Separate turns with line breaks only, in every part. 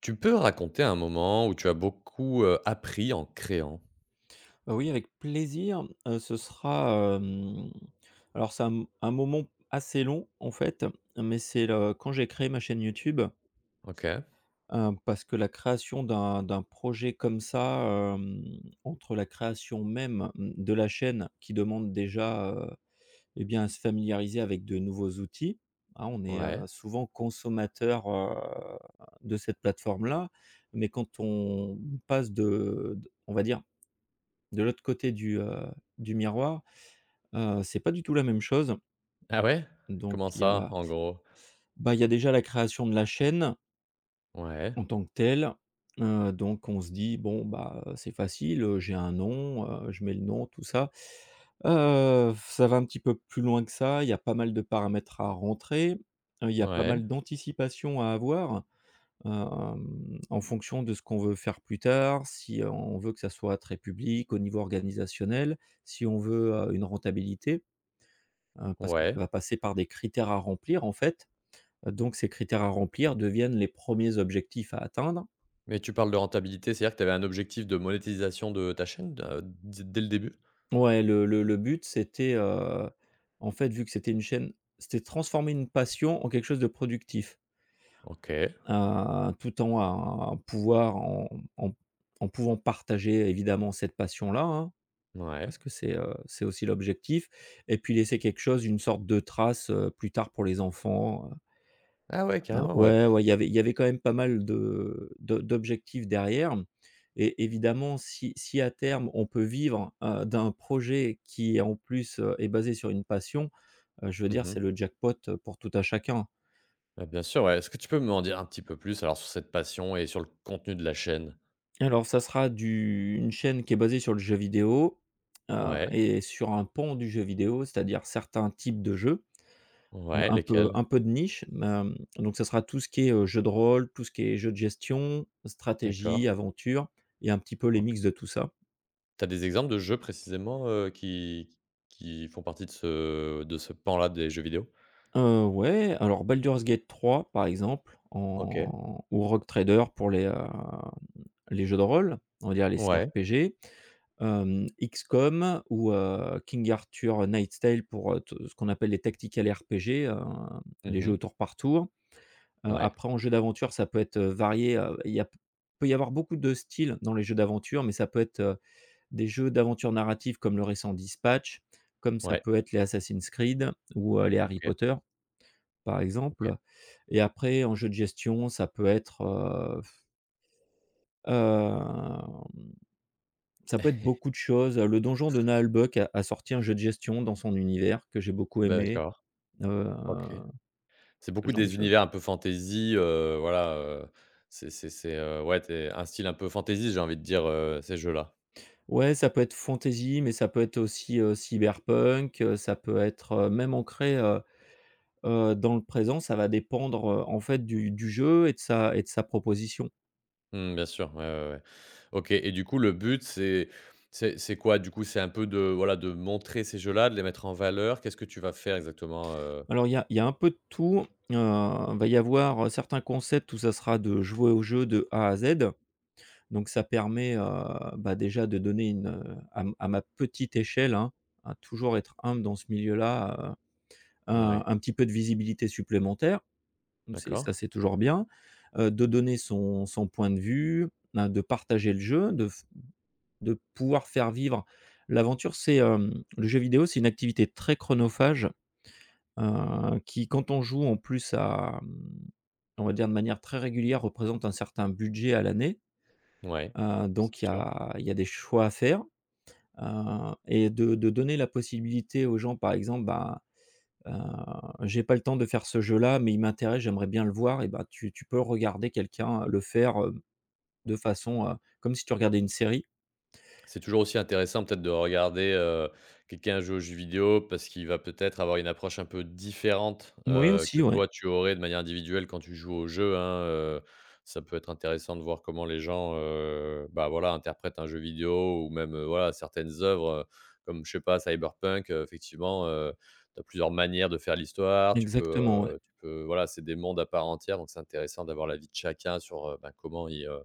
Tu peux raconter un moment où tu as beaucoup, appris en créant?
Oui, avec plaisir, ce sera, alors c'est un moment assez long, en fait, mais c'est le quand j'ai créé ma chaîne YouTube,
OK.
parce que la création d'un projet comme ça, hem, entre la création même, mmh, de la chaîne qui demande déjà, et bien, à se familiariser avec de nouveaux outils, hein. On est,
Ouais.
souvent consommateur, de cette plateforme-là, mais quand on passe de d on va dire, de l'autre côté du miroir. C'est pas du tout la même chose.
Ah ouais?
Donc
Comment
il y a
ça, en gros?
bah, il y a déjà la création de la chaîne
Ouais,
en tant que telle. Donc on se dit: «Bon, bah, c'est facile, j'ai un nom, je mets le nom, tout ça». Ça va un petit peu plus loin que ça, il y a pas mal de paramètres à rentrer, il y a pas
ouais,
mal d'anticipation à avoir, en fonction de ce qu'on veut faire plus tard, si on veut que ça soit très public, au niveau organisationnel, si on veut, une rentabilité. Parce que ça
ouais.
va passer par des critères à remplir, en fait. Donc ces critères à remplir deviennent les premiers objectifs à atteindre.
Mais tu parles de rentabilité, c'est-à-dire que tu avais un objectif de monétisation de ta chaîne d d dès le début?
Ouais, le but, c'était, en fait, vu que c'était une chaîne c'était de transformer une passion en quelque chose de productif,
OK,
tout en à pouvoir en en pouvant partager évidemment cette passion-là, hein,
ouais.
parce que c'est aussi l'objectif et puis laisser quelque chose, une sorte de trace, plus tard pour les enfants.
Ah ouais,
Ah
carrément, ouais.
ouais, ouais, il y avait quand même pas mal de d'objectifs derrière et évidemment, si à terme, on peut vivre, d'un projet qui en plus, est basé sur une passion, je veux
Mmh
dire,
mh.
c'est le jackpot, pour tout à chacun.
Bah, bien sûr, ouais. Est-ce que tu peux m'en dire un petit peu plus alors sur cette passion et sur le contenu de la chaîne?
Alors ça sera du une chaîne qui est basée sur le jeu vidéo, heu
Ouais,
et sur un pan du jeu vidéo, c'est-à-dire certains types de jeux,
ouais,
un
lesquels?
peu de niche, donc ça sera tout ce qui est, jeu de rôle, tout ce qui est jeu de gestion,
D'accord.
stratégie, aventure et un petit peu les
OK.
mix de tout ça.
Tu as des exemples de jeux précisément, qui font partie de ce pan-là des jeux vidéo?
Ouais, alors Baldur's Gate 3 par exemple,
OK.
en ou Rogue Trader pour les jeux de rôle, on va dire les
Ouais.
CRPG, XCOM ou, King Arthur Knight's Tale pour, te ce qu'on appelle les tactical RPG, les jeux
Mmh.
au tour par tour.
Ouais.
Après en jeu d'aventure, ça peut être, varié, il y a p peut y avoir beaucoup de styles dans les jeux d'aventure, mais ça peut être, des jeux d'aventure narrative comme le récent Dispatch, comme ça
Ouais.
peut être les Assassin's Creed ou, les Harry
OK,
Potter par
OK.
exemple et après en jeu de gestion, ça peut être, hem, ça peut être beaucoup de choses. Le donjon de Naalbok a sorti un jeu de gestion dans son univers que j'ai beaucoup aimé,
D'accord.
heu,
OK. C'est
ce
beaucoup
genre de
des
choses.
univers un peu fantasy, voilà, ouais, tu un style un peu fantasy, j'ai envie de dire, ces jeux-là.
Ouais, ça peut être fantasy, mais ça peut être aussi, cyberpunk, ça peut être, même ancré, dans le présent. Ça va dépendre, en fait du jeu et de sa proposition.
Mmh, bien sûr, ouais, ouais, ouais. OK et du coup, le but, c'est c'est quoi, du coup? C'est un peu de, voilà, de montrer ces jeux-là, de les mettre en valeur? Qu'est-ce que tu vas faire exactement?
Alors il y a un peu de tout, va y avoir, certains concepts où ça sera de jouer au jeu de A à Z, donc ça permet, bah, déjà de donner une, à ma petite échelle, hein, à toujours être humble dans ce milieu-là, un
Ouais,
un petit peu de visibilité supplémentaire, donc c'est
d'accord.
ça, c'est toujours bien, de donner son point de vue, hein, de partager le jeu, de pouvoir faire vivre l'aventure. C'est, le jeu vidéo, c'est une activité très chronophage. Qui quand on joue en plus à, mmh, on va dire de manière très régulière, représente un certain budget à l'année.
Ouais, c'est
Donc il y
sûr.
a il y a des choix à faire, et de donner la possibilité aux gens, par exemple, bah, heu: «J'ai pas le temps de faire ce jeu-là, mais il m'intéresse, j'aimerais bien le voir» et bah, tu peux regarder quelqu'un le faire, de façon, comme si tu regardais une série.
C'est toujours aussi intéressant peut-être de regarder, quelqu'un jouer aux jeux vidéo parce qu'il va peut-être avoir une approche un peu différente,
Oui
que
aussi, ouais,
toi tu aurais de manière individuelle quand tu joues au jeu. Hein, ça peut être intéressant de voir comment les gens, bah, voilà, interprètent un jeu vidéo ou même, voilà, certaines œuvres, comme je sais pas Cyberpunk, effectivement, tu as plusieurs manières de faire l'histoire. Tu peux,
exactement, ouais.
voilà, c'est des mondes à part entière donc c'est intéressant d'avoir l'avis de chacun sur, bah, comment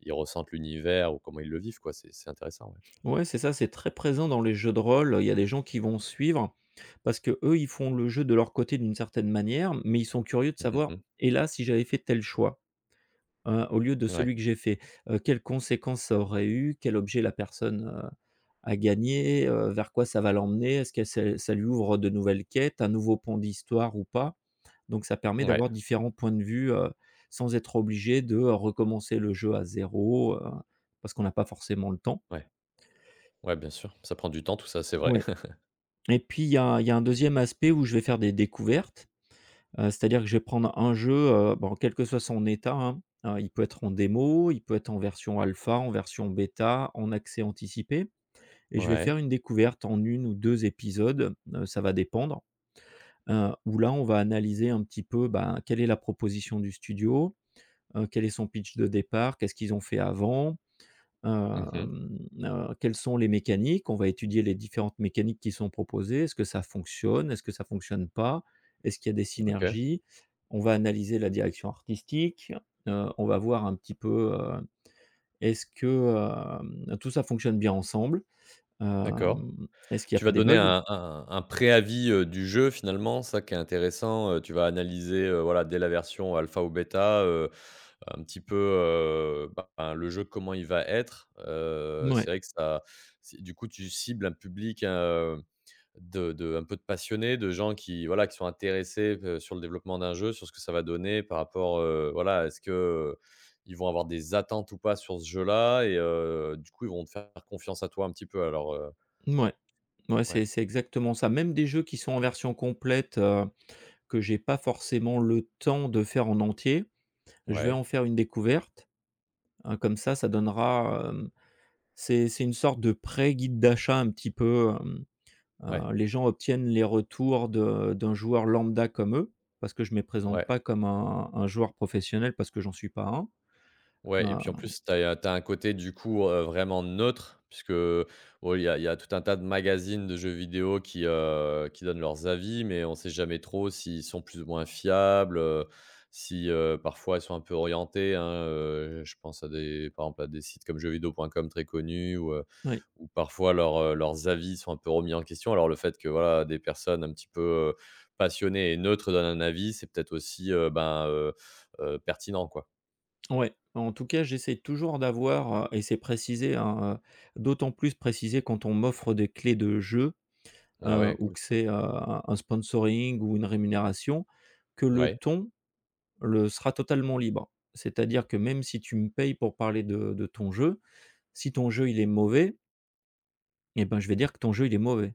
ils ressentent l'univers ou comment ils le vivent, quoi. C'est intéressant, ouais.
Ouais, c'est ça, c'est très présent dans les jeux de rôle. Il y a des gens qui vont suivre parce que eux, ils font le jeu de leur côté d'une certaine manière, mais ils sont curieux de
Mmh mh,
savoir:
mmh.
«Et là, si j'avais fait tel choix, hein, au lieu de celui
Ouais,
que j'ai fait, quelles conséquences ça aurait eu? Quel objet la personne, a gagné? Vers quoi ça va l'emmener? Est-ce que ça lui ouvre de nouvelles quêtes, un nouveau pont d'histoire ou pas?» Donc ça permet
ouais,
d'avoir différents points de vue, sans être obligé de recommencer le jeu à zéro, parce qu'on n'a pas forcément le temps.
ouais, ouais, bien sûr. Ça prend du temps tout ça, c'est vrai.
Et puis il y a un deuxième aspect où je vais faire des découvertes, c'est-à-dire que je vais prendre un jeu, bon quel que soit son état, hein, il peut être en démo, il peut être en version alpha, en version bêta, en accès anticipé et je vais
Ouais.
faire une découverte en une ou 2 épisodes, ça va dépendre, où là on va analyser un petit peu, ben, quelle est la proposition du studio, quel est son pitch de départ, qu'est-ce qu'ils ont fait avant.
Mmh.
Hem, Quelles sont les mécaniques? On va étudier les différentes mécaniques qui sont proposées. Est-ce que ça fonctionne? Est-ce que ça fonctionne pas? Est-ce qu'il y a des
OK,
synergies? On va analyser la direction artistique, on va voir un petit peu, est-ce que, tout ça fonctionne bien ensemble?
d'accord.
Est-ce qu'il n'y a
Tu
pas
vas
des
donner
bugs?
un préavis, du jeu finalement, ça qui est intéressant, tu vas analyser, voilà, dès la version alpha ou bêta, un petit peu, ben, le jeu comment il va être.
Ouais,
C'est vrai que ça. C'est, du coup, tu cibles un public, hein. De un peu de passionnés, de gens qui, voilà, qui sont intéressés, sur le développement d'un jeu, sur ce que ça va donner par rapport, voilà, est-ce que, ils vont avoir des attentes ou pas sur ce jeu-là et du coup, ils vont te faire confiance à toi un petit peu alors,
ouais, ouais. c'est
ouais,
c'est exactement ça. Même des jeux qui sont en version complète, que j'ai pas forcément le temps de faire en entier, je vais
ouais,
en faire une découverte. Comme ça donnera, c'est une sorte de pré-guide d'achat un petit peu,
ouais,
les gens obtiennent les retours de d'un joueur lambda comme eux, parce que je ne me présente
ouais.
pas comme un joueur professionnel parce que j'en suis pas un.
Ouais et puis en
Heu,
plus, tu as un côté du coup, vraiment neutre puisque, bon, il y a tout un tas de magazines de jeux vidéo qui donnent leurs avis, mais on sait jamais trop s'ils sont plus ou moins fiables, si, parfois ils sont un peu orientés, hein, je pense à des par exemple à des sites comme jeuxvideo.com très connus où,
oui,
où parfois leurs, leurs avis sont un peu remis en question. Alors le fait que voilà, des personnes un petit peu, passionnées et neutres donnent un avis, c'est peut-être aussi, ben, pertinent quoi.
ouais. En tout cas, j'essaie toujours d'avoir, et c'est précisé, hein, d'autant plus précisé quand on m'offre des clés de jeu,
Ah ouais,
ou
cool.
que c'est, un sponsoring ou une rémunération, que le
Ouais,
ton le sera totalement libre. C'est-à-dire que même si tu me payes pour parler de ton jeu, si ton jeu il est mauvais et ben, je vais dire que ton jeu il est mauvais.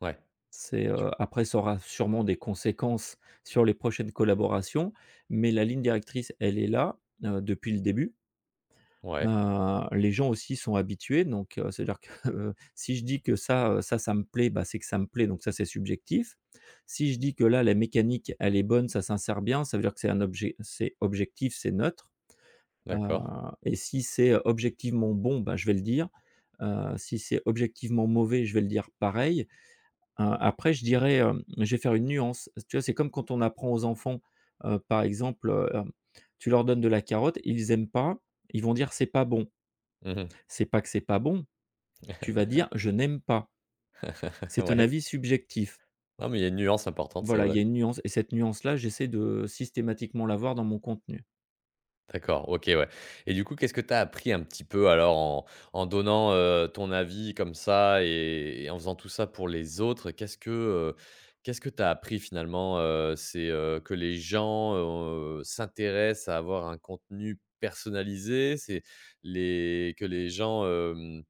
ouais,
C'est,
tu
après ça aura sûrement des conséquences sur les prochaines collaborations, mais la ligne directrice elle est là, depuis le début.
ouais,
Les gens aussi sont habitués donc c'est-à-dire que si je dis que ça, ça, ça me plaît, bah, c'est que ça me plaît donc ça c'est subjectif. Si je dis que là la mécanique elle est bonne, ça s'insère bien, ça veut dire que c'est un objet c'est objectif, c'est neutre. Heu
d'accord.
et si c'est objectivement bon, bah, je vais le dire. Si c'est objectivement mauvais, je vais le dire pareil. Après je dirais, je vais faire une nuance. Tu vois, c'est comme quand on apprend aux enfants, par exemple, tu leur donnes de la carotte, ils aiment pas, ils vont dire: «C'est pas bon».
Mmh mh.
C'est pas que c'est pas bon, tu vas dire: «Je n'aime pas». C'est ton
Ouais.
avis subjectif.
Non, mais il y a une nuance importante, c'est
Voilà, il y
vrai.
a une nuance et cette nuance-là, j'essaie de systématiquement l'avoir dans mon contenu.
D'accord, OK, ouais et du coup, qu'est-ce que tu as appris un petit peu alors en donnant, ton avis comme ça et en faisant tout ça pour les autres? Qu'est-ce que tu as appris finalement? C'est, que les gens, s'intéressent à avoir un contenu personnalisé? C'est les que les gens,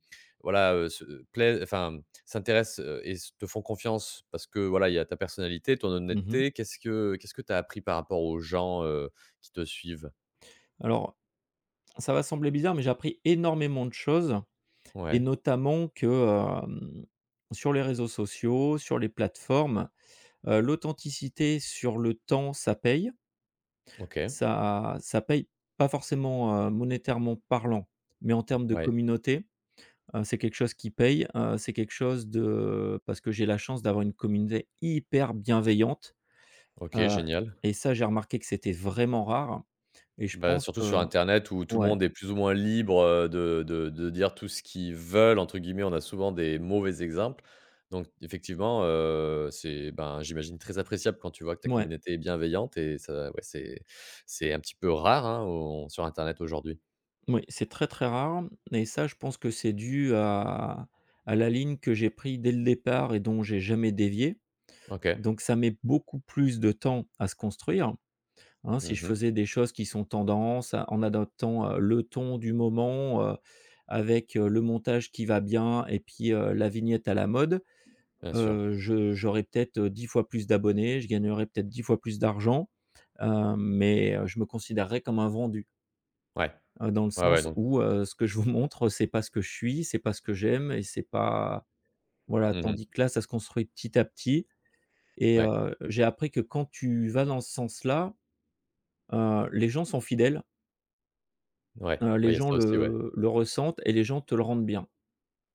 voilà, se plaisent enfin, s'intéressent, et s te font confiance parce que voilà, il y a ta personnalité, ton
Mmh.
honnêteté. Qu'est-ce que tu as appris par rapport aux gens, qui te suivent?
Alors, ça va sembler bizarre, mais j'ai appris énormément de choses et
Ouais.
notamment que, hem, sur les réseaux sociaux, sur les plateformes, l'authenticité sur le temps, ça paye.
OK,
Ça paye pas forcément, monétairement parlant, mais en termes de
ouais,
communauté, c'est quelque chose qui paye. C'est quelque chose de parce que j'ai la chance d'avoir une communauté hyper bienveillante,
OK,
heu
génial.
et ça, j'ai remarqué que c'était vraiment rare et je
Bah,
pense
surtout
que
sur internet où tout le
ouais,
monde est plus ou moins libre, de dire tout ce qu'ils «veulent» entre guillemets, on a souvent des mauvais exemples. Donc effectivement, c'est, ben, j'imagine très appréciable quand tu vois que ta
ouais.
communauté est bienveillante et ça ouais, c'est un petit peu rare, hein, au sur internet aujourd'hui.
Oui, c'est très, très rare et ça, je pense que c'est dû à la ligne que j'ai prise dès le départ et dont j'ai jamais dévié.
OK.
Donc ça met beaucoup plus de temps à se construire, hein. Si je
Mmh.
faisais des choses qui sont tendance, a en adoptant le ton du moment, avec, le montage qui va bien et puis, la vignette à la mode,
Bien sûr.
je j'aurais peut-être, 10 fois plus d'abonnés, je gagnerais peut-être 10 fois plus d'argent, mais, je me considérerais comme un vendu.
Ouais.
Dans le
Ouais, ouais,
sens
donc
où, ce que je vous montre, c'est pas ce que je suis, c'est pas ce que j'aime et c'est pas voilà,
mmh.
tandis que là, ça se construit petit à petit et
Ouais.
j'ai appris que quand tu vas dans ce sens-là, les gens sont fidèles,
Ouais. Ouais,
les
il y a
gens
ça aussi, ouais.
le ressentent et les gens te le rendent bien.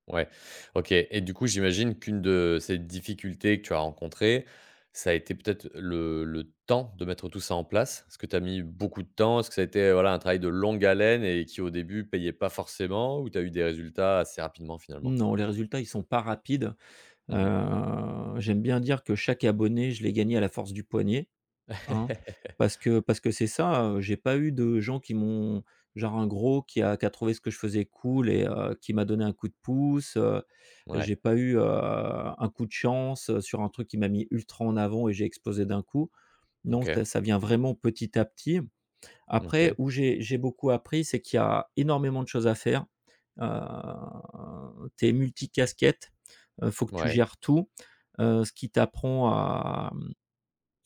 Ouais, OK et du coup, j'imagine qu'une de ces difficultés que tu as rencontrées, ça a été peut-être le temps de mettre tout ça en place? Est-ce que tu as mis beaucoup de temps? Est-ce que ça a été, voilà, un travail de longue haleine et qui, au début, payait pas forcément ou tu as eu des résultats assez rapidement, finalement?
Non, les résultats, ils sont pas rapides.
Mmh.
J'aime bien dire que chaque abonné, je l'ai gagné à la force du poignet, hein, parce que c'est ça, j'ai pas eu de gens qui m'ont genre un gros qui a trouvé ce que je faisais cool et qui m'a donné un coup de pouce,
Ouais.
j'ai pas eu, un coup de chance, sur un truc qui m'a mis ultra en avant et j'ai explosé d'un coup. Non,
OK.
ça vient vraiment petit à petit.
OK.
Après, où j'ai beaucoup appris, c'est qu'il y a énormément de choses à faire. Heu, Tu es multicasquette, faut que tu
Ouais.
gères tout, ce qui t'apprend à,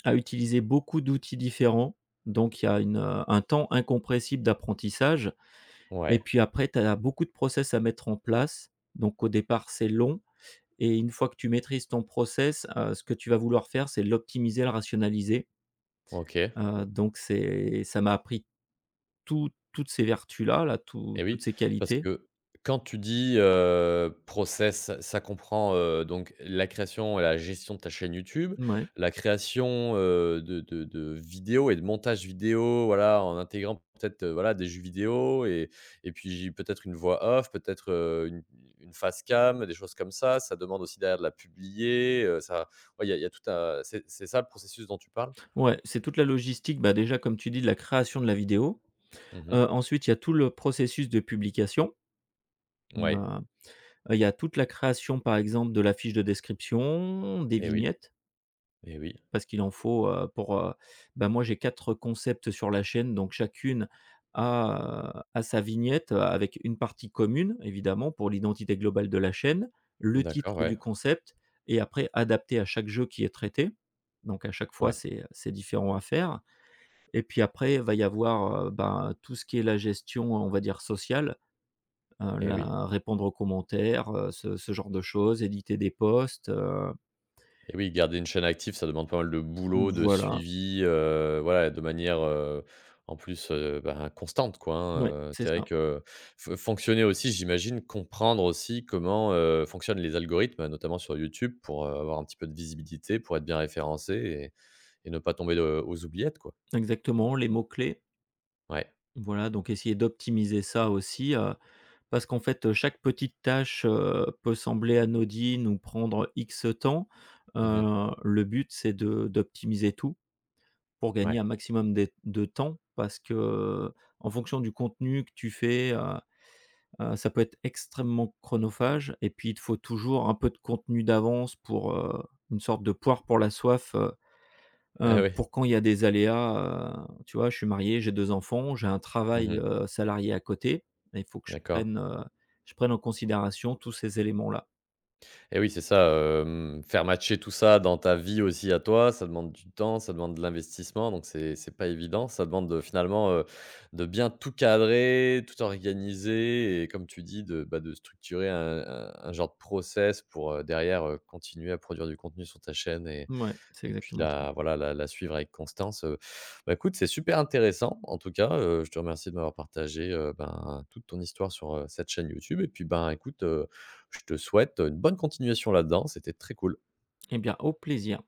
à utiliser beaucoup d'outils différents. Donc il y a un temps incompressible d'apprentissage et
Ouais.
puis après tu as beaucoup de process à mettre en place. Donc au départ, c'est long et une fois que tu maîtrises ton process, ce que tu vas vouloir faire, c'est l'optimiser, le rationaliser,
OK.
donc c'est ça m'a appris toutes ces vertus-là, là,
Et
toutes
oui,
ces
parce
qualités.
que quand tu dis, process, ça comprend, donc la création et la gestion de ta chaîne YouTube,
Ouais.
la création, de vidéos et de montage vidéo, voilà, en intégrant peut-être, voilà, des jeux vidéo et puis j'ai peut-être une voix off, peut-être, une face cam, des choses comme ça. Ça demande aussi derrière de la publier, ça ouais, il y a tout un c'est ça le processus dont tu parles?
Ouais, c'est toute la logistique, bah, déjà comme tu dis, de la création de la vidéo.
Mmh.
Ensuite, il y a tout le processus de publication.
Ouais.
Hem, il y a toute la création, par exemple, de la fiche de description, des
Et oui,
vignettes,
et oui.
parce qu'il en faut, bah, moi j'ai 4 concepts sur la chaîne, donc chacune a sa vignette, avec une partie commune évidemment pour l'identité globale de la chaîne, le
D'accord,
titre du
ouais.
concept et après adapté à chaque jeu qui est traité. Donc à chaque fois
Ouais.
c'est différent à faire et puis après va y avoir, ben, tout ce qui est la gestion, on va dire sociale,
Et oui.
la répondre aux commentaires, ce genre de choses, éditer des posts,
Et oui, garder une chaîne active, ça demande pas mal de boulot, de
voilà.
suivi, voilà, de manière, en plus, ben, constante, quoi,
Ouais,
hein,
c'est
c'est vrai
ça.
que fonctionner aussi, j'imagine, comprendre aussi comment, fonctionnent les algorithmes, notamment sur YouTube pour, avoir un petit peu de visibilité, pour être bien référencé et ne pas tomber, aux oubliettes, quoi.
Exactement, les mots-clés.
Ouais.
Voilà, donc essayer d'optimiser ça aussi, parce qu'en fait, chaque petite tâche, peut sembler anodine ou prendre X temps.
Mmh.
Le but, c'est de d'optimiser tout pour gagner
Ouais.
un maximum de temps parce que, en fonction du contenu que tu fais, ça peut être extrêmement chronophage et puis il te faut toujours un peu de contenu d'avance pour, une sorte de poire pour la soif.
Ah oui.
Pour quand il y a des aléas, tu vois? Je suis marié, j'ai 2 enfants, j'ai un travail,
Mmh.
salarié à côté et il faut que
D'accord.
je prenne en considération tous ces éléments-là.
Et oui, c'est ça, faire matcher tout ça dans ta vie aussi à toi, ça demande du temps, ça demande de l'investissement, donc c'est pas évident. Ça demande, finalement, de bien tout cadrer, tout organiser et comme tu dis, de, bah, de structurer un genre de process pour, derrière, continuer à produire du contenu sur ta chaîne et
Ouais, c'est
puis
exactement ça.
la voilà, la suivre avec constance. Bah, écoute, c'est super intéressant en tout cas, je te remercie de m'avoir partagé, ben, toute ton histoire sur, cette chaîne YouTube et puis, ben, écoute, je te souhaite une bonne continuation là-dedans, c'était très cool.
Eh bien, au plaisir.